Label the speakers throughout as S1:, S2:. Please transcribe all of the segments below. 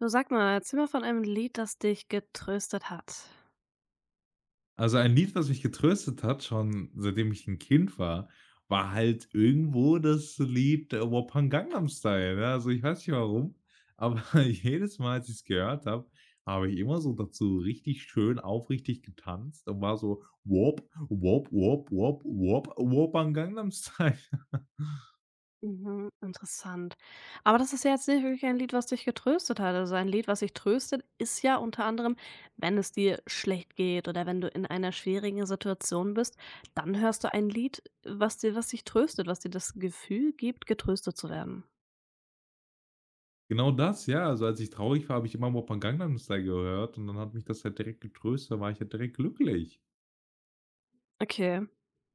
S1: Du sag mal, erzähl mal von einem Lied, das dich getröstet hat.
S2: Also, ein Lied, was mich getröstet hat, schon seitdem ich 'n Kind war, war halt irgendwo das Lied, „Wappan Gangnam Style", ne? Also, ich weiß nicht warum, aber jedes Mal, als ich's gehört habe, habe ich immer so dazu richtig schön aufrichtig getanzt und war so: „Wop, wop, wop, wop, wop, Wappan Gangnam Style."
S1: Mhm, interessant. Aber das ist ja jetzt nicht wirklich ein Lied, was dich getröstet hat. Also ein Lied, was dich tröstet, ist ja unter anderem, wenn es dir schlecht geht oder wenn du in einer schwierigen Situation bist, dann hörst du ein Lied, was dir, was dich tröstet, was dir das Gefühl gibt, getröstet zu werden.
S2: Genau das, ja. Also, als ich traurig war, habe ich immer „Wappan Gangnam Style" gehört und dann hat mich das halt direkt getröstet, da war ich halt direkt glücklich.
S1: Okay.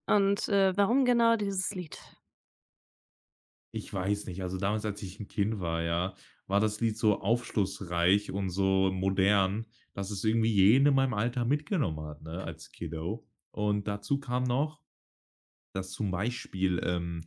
S1: Und warum genau dieses Lied?
S2: Ich weiß nicht. Also, damals, als ich ein Kind war, ja, war das Lied so aufschlussreich und so modern, dass es irgendwie jeden in meinem Alter mitgenommen hat, ne, als Kiddo. Und dazu kam noch, dass zum Beispiel,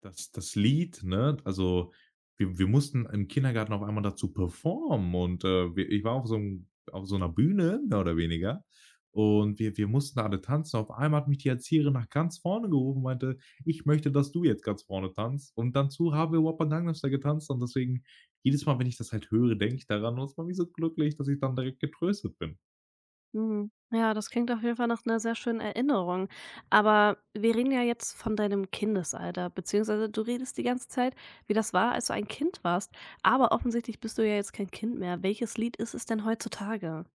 S2: das Lied, ne, also wir mussten im Kindergarten auf einmal dazu performen und, wir ich war auf so 'n auf so einer Bühne mehr oder weniger und wir mussten alle tanzen. Auf einmal hat mich die Erzieherin nach ganz vorne gerufen und meinte: „Ich möchte, dass du jetzt ganz vorne tanzt." Und dazu haben wir Whopper Gangnam Style getanzt und deswegen jedes Mal, wenn ich das halt höre, denke ich daran und es macht mich so glücklich, dass ich dann direkt getröstet bin.
S1: Mhm. Ja, das klingt auf jeden Fall nach 'ner sehr schönen Erinnerung. Aber wir reden ja jetzt von deinem Kindesalter, beziehungsweise du redest die ganze Zeit, wie das war, als du ein Kind warst. Aber offensichtlich bist du ja jetzt kein Kind mehr. Welches Lied ist es denn heutzutage?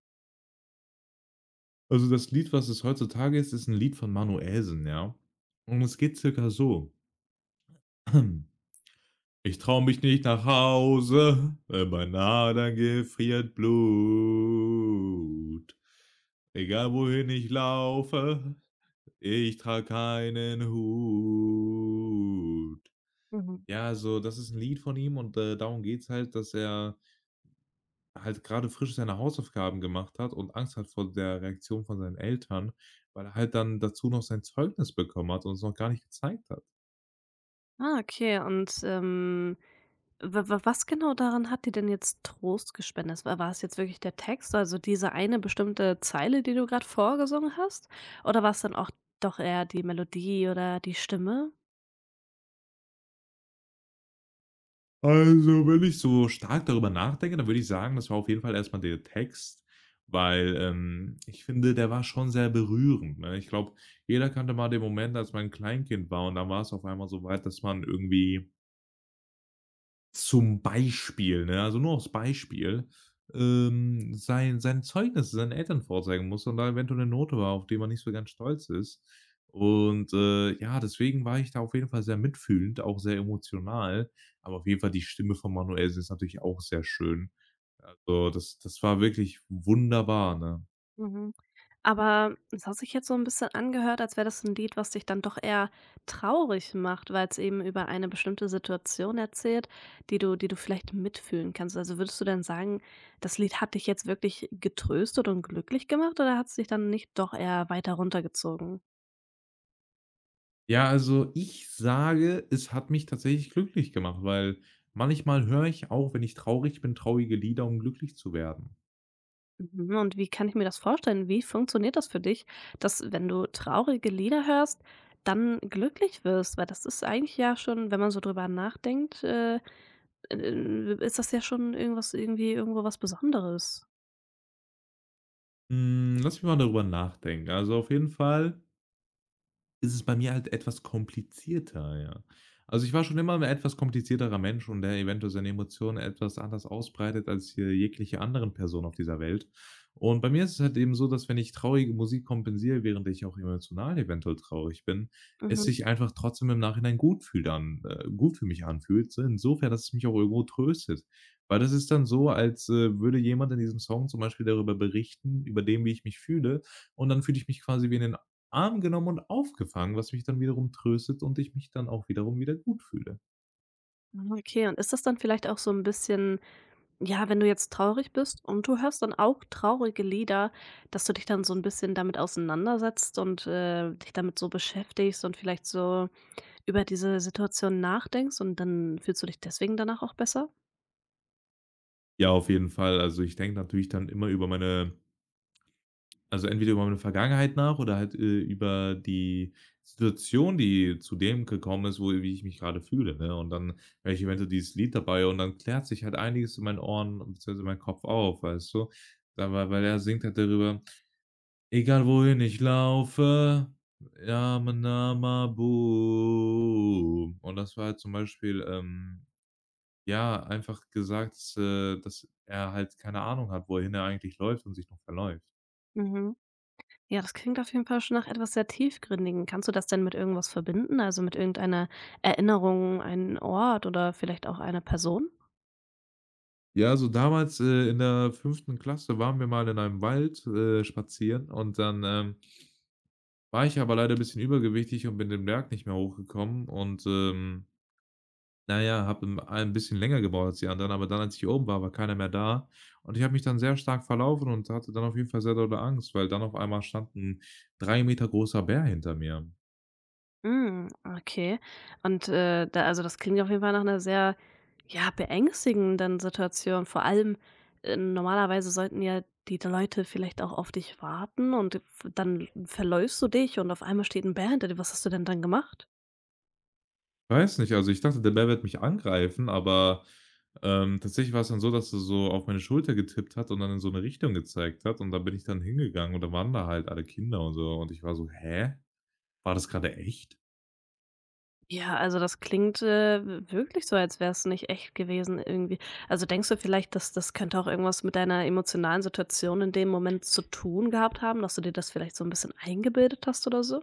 S2: Also, das Lied, was es heutzutage ist, ist ein Lied von Manuelsen, ja? Und es geht circa so: Ich traue mich nicht nach Hause, wenn mein Adern gefriert Blut. Egal wohin ich laufe, ich trage keinen Hut.
S1: Mhm.
S2: Ja, also das ist 'n Lied von ihm und, darum geht's halt, dass er halt grade frisch seine Hausaufgaben gemacht hat und Angst hat vor der Reaktion von seinen Eltern, weil er halt dann dazu noch sein Zeugnis bekommen hat und es noch gar nicht gezeigt hat.
S1: Ah, okay. Und, wa wa was genau daran hat dir denn jetzt Trost gespendet? War war es jetzt wirklich der Text, also diese eine bestimmte Zeile, die du gerade vorgesungen hast? Oder war's dann auch doch eher die Melodie oder die Stimme?
S2: Also, wenn ich so stark darüber nachdenke, dann würde ich sagen, das war auf jeden Fall erstmal der Text, weil, ich finde, der war schon sehr berührend, ne? Ich glaube, jeder kannte mal den Moment, als man 'n Kleinkind war und dann war es auf einmal so weit, dass man irgendwie zum Beispiel, ne, also nur aufs Beispiel, sein Zeugnis seinen Eltern vorzeigen musste und da eventuell 'ne Note war, auf die man nicht so ganz stolz ist. Und, ja, deswegen war ich da auf jeden Fall sehr mitfühlend, auch sehr emotional. Aber auf jeden Fall, die Stimme von Manuelsen ist natürlich auch sehr schön. Also, das war wirklich wunderbar, ne?
S1: Mhm. Aber es hat sich jetzt so ein bisschen angehört, als wäre das ein Lied, was dich dann doch eher traurig macht, weil es eben über eine bestimmte Situation erzählt, die du vielleicht mitfühlen kannst. Also, würdest du denn sagen, das Lied hat dich jetzt wirklich getröstet und glücklich gemacht oder hat's dich dann nicht doch eher weiter runtergezogen?
S2: Ja, also, ich sage, es hat mich tatsächlich glücklich gemacht, weil manchmal höre ich auch, wenn ich traurig bin, traurige Lieder, um glücklich zu werden.
S1: Mhm, und wie kann ich mir das vorstellen? Wie funktioniert das für dich, dass, wenn du traurige Lieder hörst, dann glücklich wirst? Weil das ist eigentlich ja schon, wenn man so drüber nachdenkt, ist das ja schon irgendwas irgendwie irgendwo was Besonderes.
S2: Lass mich mal darüber nachdenken. Also, auf jeden Fall ist es bei mir halt etwas komplizierter, ja. Also, ich war schon immer ein etwas komplizierterer Mensch und der eventuell seine Emotionen etwas anders ausbreitet als hier jegliche anderen Person auf dieser Welt. Und bei mir ist es halt eben so, dass, wenn ich traurige Musik kompensiere, während ich auch emotional eventuell traurig bin, es
S1: Mhm.
S2: sich einfach trotzdem im Nachhinein gut fühlt an gut für mich anfühlt, so insofern, dass es mich auch irgendwo tröstet. Weil das ist dann so, als, würde jemand in diesem Song zum Beispiel darüber berichten, über dem, wie ich mich fühle, und dann fühle ich mich quasi wie in den Arm genommen und aufgefangen, was mich dann wiederum tröstet und ich mich dann auch wiederum wieder gut fühle.
S1: Mhm, okay. Und ist das dann vielleicht auch so ein bisschen ja, wenn du jetzt traurig bist und du hörst dann auch traurige Lieder, dass du dich dann so ein bisschen damit auseinandersetzt und, dich damit so beschäftigst und vielleicht so über diese Situation nachdenkst und dann fühlst du dich deswegen danach auch besser?
S2: Ja, auf jeden Fall. Also, ich denke natürlich dann immer über meine also entweder über meine Vergangenheit nach oder halt, über die Situation, die zu dem gekommen ist, wo wie ich mich gerade fühle, ne? Und dann höre ich eventuell dieses Lied dabei und dann klärt sich halt einiges in meinen Ohren bzw. in meinem Kopf auf, weißt du? Da weil er singt halt darüber: Egal wohin ich laufe, Yama Nama Boom. Und das war halt zum Beispiel, ja, einfach gesagt, dass er halt keine Ahnung hat, wohin er eigentlich läuft und sich noch verläuft.
S1: Mhm. Ja, das klingt auf jeden Fall schon nach etwas sehr Tiefgründigem. Kannst du das denn mit irgendwas verbinden? Also mit irgendeiner Erinnerung, einen Ort oder vielleicht auch einer Person?
S2: Ja, so damals, in der fünften Klasse waren wir mal in einem Wald, spazieren und dann, war ich aber leider ein bisschen übergewichtig und bin den Berg nicht mehr hochgekommen und, na ja, habe im ein bisschen länger gebraucht als die anderen, aber dann, als ich oben war, war keiner mehr da und ich habe mich dann sehr stark verlaufen und hatte dann auf jeden Fall sehr dolle Angst, weil dann auf einmal stand ein 3 Meter großer Bär hinter mir.
S1: Hm, okay. Und, da also das klingt auf jeden Fall nach einer sehr, ja, beängstigenden Situation. Vor allem, normalerweise sollten ja die Leute vielleicht auch auf dich warten und dann verläufst du dich und auf einmal steht ein Bär hinter dir. Was hast du denn dann gemacht?
S2: Weiß nicht, also ich dachte, der Bär wird mich angreifen, aber, tatsächlich war es dann so, dass er so auf meine Schulter getippt hat und dann in so eine Richtung gezeigt hat und da bin ich dann hingegangen und da waren da halt alle Kinder und so und ich war so: „Hä? War das gerade echt?"
S1: Ja, also das klingt, w wirklich so, als wäre es nicht echt gewesen irgendwie. Also, denkst du vielleicht, dass das könnte auch irgendwas mit deiner emotionalen Situation in dem Moment zu tun gehabt haben, dass du dir das vielleicht so ein bisschen eingebildet hast oder so?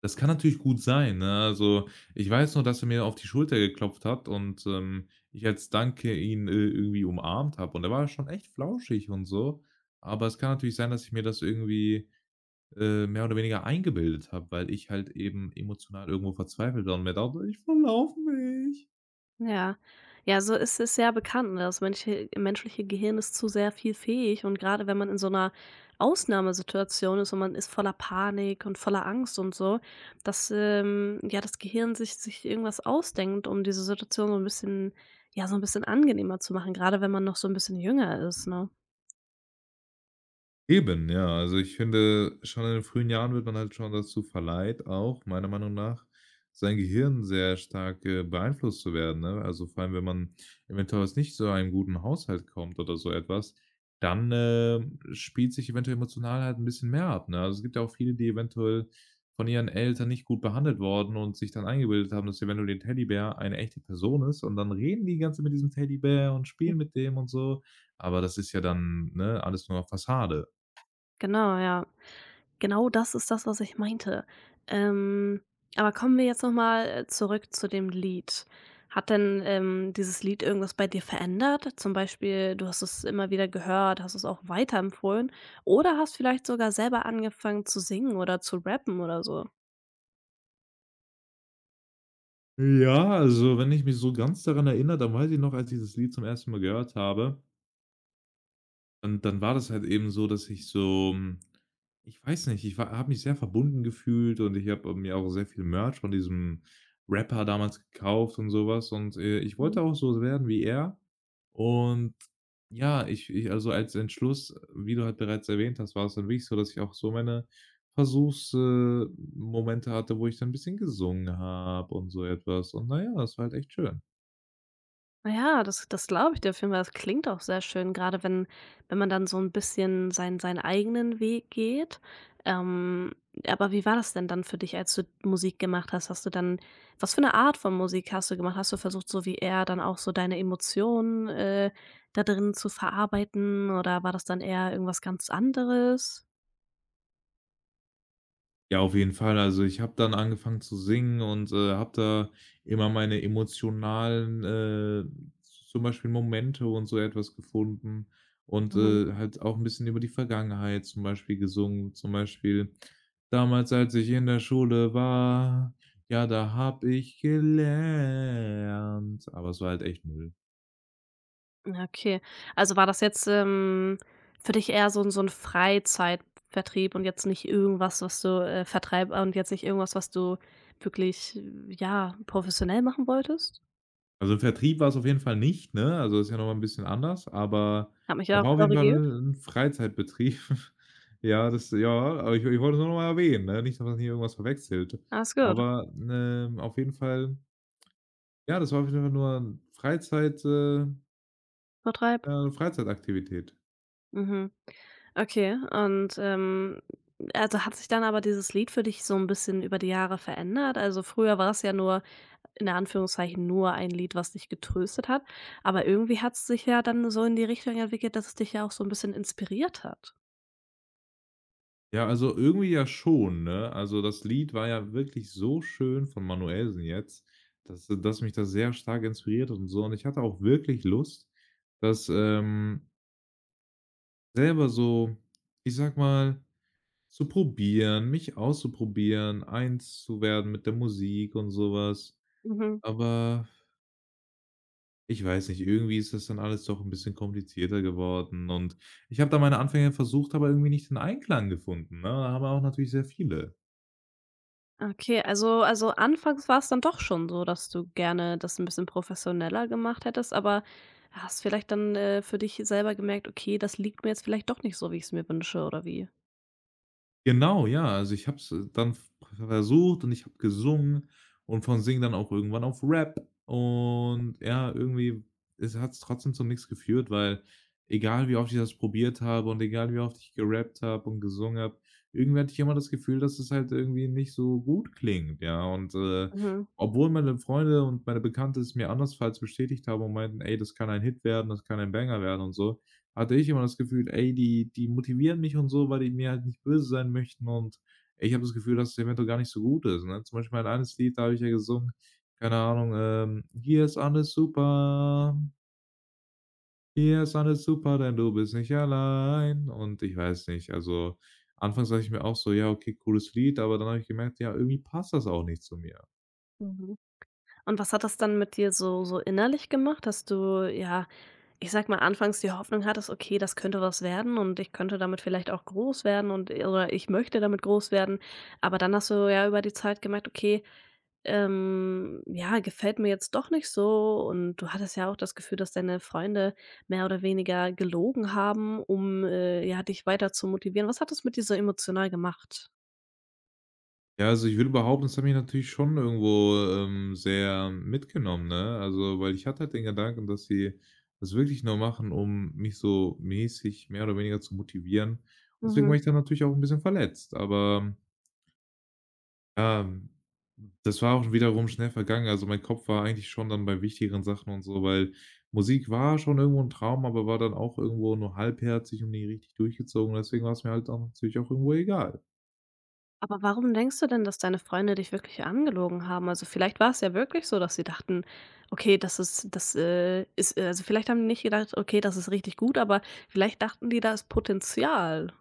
S2: Das kann natürlich gut sein, ne? Also, ich weiß nur, dass er mir auf die Schulter geklopft hat und, ich als Danke ihn, irgendwie umarmt habe und er war schon echt flauschig und so. Aber es kann natürlich sein, dass ich mir das irgendwie, mehr oder weniger eingebildet habe, weil ich halt eben emotional irgendwo verzweifelt war und mir dachte: „Ich verlaufe mich."
S1: Ja. Ja, so ist es ja bekannt, ne, das menschliche Gehirn ist zu sehr viel fähig und gerade wenn man in so einer Ausnahmesituation ist und man ist voller Panik und voller Angst und so, dass, ja, das Gehirn sich irgendwas ausdenkt, um diese Situation so ein bisschen ja, so ein bisschen angenehmer zu machen, gerade wenn man noch so ein bisschen jünger ist, ne?
S2: Eben, ja. Also, ich finde, schon in den frühen Jahren wird man halt schon dazu verleiht, auch meiner Meinung nach, sein Gehirn sehr stark, beeinflusst zu werden, ne? Also, vor allem, wenn man eventuell aus nicht so einem guten Haushalt kommt oder so etwas, dann, spielt sich eventuell emotional halt ein bisschen mehr ab, ne? Also, es gibt ja auch viele, die eventuell von ihren Eltern nicht gut behandelt wurden und sich dann eingebildet haben, dass eventuell der Teddybär eine echte Person ist und dann reden die ganze mit diesem Teddybär und spielen mit dem und so. Aber das ist ja dann, ne, alles nur Fassade.
S1: Genau, ja. Genau das ist das, was ich meinte. Ähm, aber kommen wir jetzt noch mal, zurück zu dem Lied. Hat denn, dieses Lied irgendwas bei dir verändert? Zum Beispiel, du hast es immer wieder gehört, hast es auch weiterempfohlen oder hast vielleicht sogar selber angefangen zu singen oder zu rappen oder so?
S2: Ja, also, wenn ich mich so ganz daran erinnere, dann weiß ich noch, als ich das Lied zum ersten Mal gehört habe, und dann war das halt eben so, dass ich so ich weiß nicht, ich habe mich sehr verbunden gefühlt und ich habe mir auch sehr viel Merch von diesem Rapper damals gekauft und sowas. Und ich wollte auch so werden wie er. Und ja, ich also, als Entschluss, wie du halt bereits erwähnt hast, war es dann wirklich so, dass ich auch so meine Versuchsmomente Momente hatte, wo ich dann 'n bisschen gesungen habe und so etwas. Und na ja, das war halt echt schön.
S1: Ja, das glaube ich dir auf jeden Fall. Das klingt auch sehr schön, gerade wenn wenn man dann so ein bisschen seinen eigenen Weg geht. Ähm, aber wie war das denn dann für dich, als du Musik gemacht hast? Hast du dann was für eine Art von Musik hast du gemacht? Hast du versucht, so wie er, dann auch so deine Emotionen, da drin zu verarbeiten oder war das dann eher irgendwas ganz anderes?
S2: Ja, auf jeden Fall. Also, ich habe dann angefangen zu singen und, habe da immer meine emotionalen, zum Beispiel Momente und so etwas gefunden und, halt auch ein bisschen über die Vergangenheit zum Beispiel gesungen. Zum Beispiel: „Damals, als ich in der Schule war, ja, da habe ich gelernt." Aber es war halt echt Müll.
S1: Ja, okay. Also war das jetzt, für dich eher so 'n Freizeitvertrieb und jetzt nicht irgendwas, was du, vertreib und jetzt nicht irgendwas, was du wirklich, ja, professionell machen wolltest?
S2: Also, Vertrieb war es auf jeden Fall nicht, ne? Also, ist ja noch mal 'n bisschen anders, aber
S1: Habe mich
S2: er
S1: ja
S2: war
S1: auch
S2: auf jeden Fall
S1: korrigiert.
S2: 'n Freizeitbetrieb. Ja, das ja, aber ich wollte es nur noch mal erwähnen, ne? Nicht, dass man hier irgendwas verwechselt.
S1: Alles gut.
S2: Aber, auf jeden Fall, ja, das war auf jeden Fall nur 'n
S1: Vertreib.
S2: Freizeitaktivität.
S1: Mhm. Okay, und, also hat sich dann aber dieses Lied für dich so 'n bisschen über die Jahre verändert? Also früher war es ja nur in Anführungszeichen nur ein Lied, was dich getröstet hat. Aber irgendwie hat es sich ja dann so in die Richtung entwickelt, dass es dich ja auch so ein bisschen inspiriert hat.
S2: Ja, also, irgendwie ja schon, ne? Also, das Lied war ja wirklich so schön von Manuellsen jetzt, dass mich das sehr stark inspiriert hat und so. Und ich hatte auch wirklich Lust, das, ähm Selber so, ich sag mal, zu probieren, mich auszuprobieren, eins zu werden mit der Musik und sowas.
S1: Mhm.
S2: Aber ich weiß nicht, irgendwie ist das dann alles doch ein bisschen komplizierter geworden und ich habe da meine Anfänge versucht, aber irgendwie nicht den Einklang gefunden, ne? Da haben auch natürlich sehr viele.
S1: Okay, also anfangs war es dann doch schon so, dass du gerne das ein bisschen professioneller gemacht hättest, aber hast vielleicht dann, für dich selber gemerkt: „Okay, das liegt mir jetzt vielleicht doch nicht so, wie ich es mir wünsche“, oder wie?
S2: Genau, ja. Also, ich habe es dann v versucht und ich habe gesungen und von Singen dann auch irgendwann auf Rap, und ja, irgendwie es hat es trotzdem zu nichts geführt, weil egal wie oft ich das probiert habe und egal wie oft ich gerappt habe und gesungen habe, irgendwie hatte ich immer das Gefühl, dass es halt irgendwie nicht so gut klingt, ja. Und,
S1: Mhm,
S2: obwohl meine Freunde und meine Bekannte es mir andersfalls bestätigt haben und meinten: „Ey, das kann ein Hit werden, das kann ein Banger werden" und so, hatte ich immer das Gefühl: „Ey, die motivieren mich und so, weil die mir halt nicht böse sein möchten", und ich habe das Gefühl, dass der Mentor gar nicht so gut ist, ne? Zum Beispiel mein eines Lied, da habe ich ja gesungen, keine Ahnung: „Hier ist alles super, hier ist alles super, denn du bist nicht allein", und ich weiß nicht, also anfangs dachte ich mir auch so: „Ja, okay, cooles Lied", aber dann habe ich gemerkt, ja, irgendwie passt das auch nicht zu mir.
S1: mhm. Und was hat das dann mit dir so so innerlich gemacht, dass du, ja, ich sage mal, anfangs die Hoffnung hattest: „Okay, das könnte was werden und ich könnte damit vielleicht auch groß werden und oder ich möchte damit groß werden.“ Aber dann hast du ja über die Zeit gemerkt: „Okay, ja, gefällt mir jetzt doch nicht so.“ Und du hattest ja auch das Gefühl, dass deine Freunde mehr oder weniger gelogen haben, um, ja, dich weiter zu motivieren. Was hat das mit dir so emotional gemacht?
S2: Ja, also ich würde behaupten, das hat mich natürlich schon irgendwo, sehr mitgenommen, ne? Also, weil ich hatte halt den Gedanken, dass sie das wirklich nur machen, um mich so mäßig mehr oder weniger zu motivieren. Deswegen war
S1: Mhm.
S2: ich dann natürlich auch ein bisschen verletzt, aber, ähm, das war auch wiederum schnell vergangen. Also, mein Kopf war eigentlich schon dann bei wichtigeren Sachen und so, weil Musik war schon irgendwo ein Traum, aber war dann auch irgendwo nur halbherzig und nie richtig durchgezogen. Deswegen war es mir halt dann natürlich auch irgendwo egal.
S1: Aber warum denkst du denn, dass deine Freunde dich wirklich angelogen haben? Also, vielleicht war es ja wirklich so, dass sie dachten: „Okay, das, ist“ also, vielleicht haben die nicht gedacht: „Okay, das ist richtig gut“, aber vielleicht dachten die, da ist Potenzial.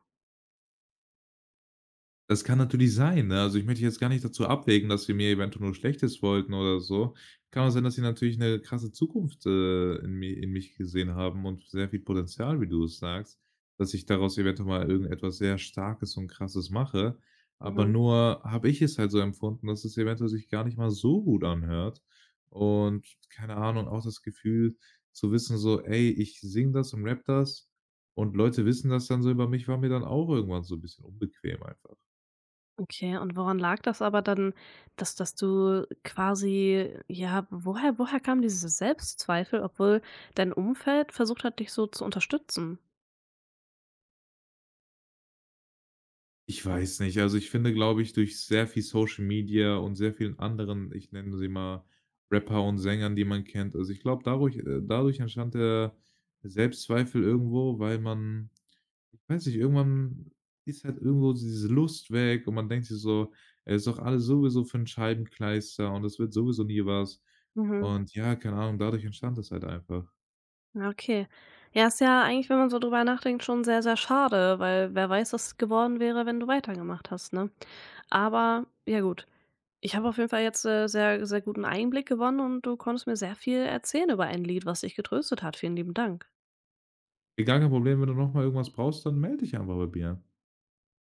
S2: Das kann natürlich sein, ne? Also, ich möchte jetzt gar nicht dazu abwägen, dass sie mir eventuell nur Schlechtes wollten oder so. Kann auch sein, dass sie natürlich eine krasse Zukunft, in mich gesehen haben und sehr viel Potenzial, wie du es sagst, dass ich daraus eventuell mal irgendetwas sehr Starkes und Krasses mache. Aber
S1: Mhm.
S2: nur habe ich es halt so empfunden, dass es eventuell sich gar nicht mal so gut anhört. Und keine Ahnung, auch das Gefühl zu wissen so: „Ey, ich sing das und rap das und Leute wissen das dann so über mich", war mir dann auch irgendwann so ein bisschen unbequem einfach.
S1: Okay, und woran lag das aber dann, dass du quasi ja, woher kamen diese Selbstzweifel, obwohl dein Umfeld versucht hat, dich so zu unterstützen?
S2: Ich weiß nicht. Also, ich finde, glaube ich, durch sehr viel Social Media und sehr vielen anderen, ich nenne sie mal Rapper und Sängern, die man kennt. Also, ich glaube, dadurch entstand der Selbstzweifel irgendwo, weil man, ich weiß nicht, irgendwann ist halt irgendwo diese Lust weg und man denkt sich so: „Ey, ist doch alles sowieso für 'n Scheibenkleister und es wird sowieso nie was."
S1: Mhm.
S2: Und ja, keine Ahnung, dadurch entstand das halt einfach.
S1: Ja, okay. Ja, ist ja eigentlich, wenn man so drüber nachdenkt, schon sehr, sehr schade, weil wer weiß, was geworden wäre, wenn du weitergemacht hast, ne? Aber ja gut. Ich habe auf jeden Fall jetzt sehr, sehr guten Einblick gewonnen und du konntest mir sehr viel erzählen über ein Lied, was dich getröstet hat. Vielen lieben Dank.
S2: Ey, gar kein Problem, wenn du noch mal irgendwas brauchst, dann melde dich einfach bei mir.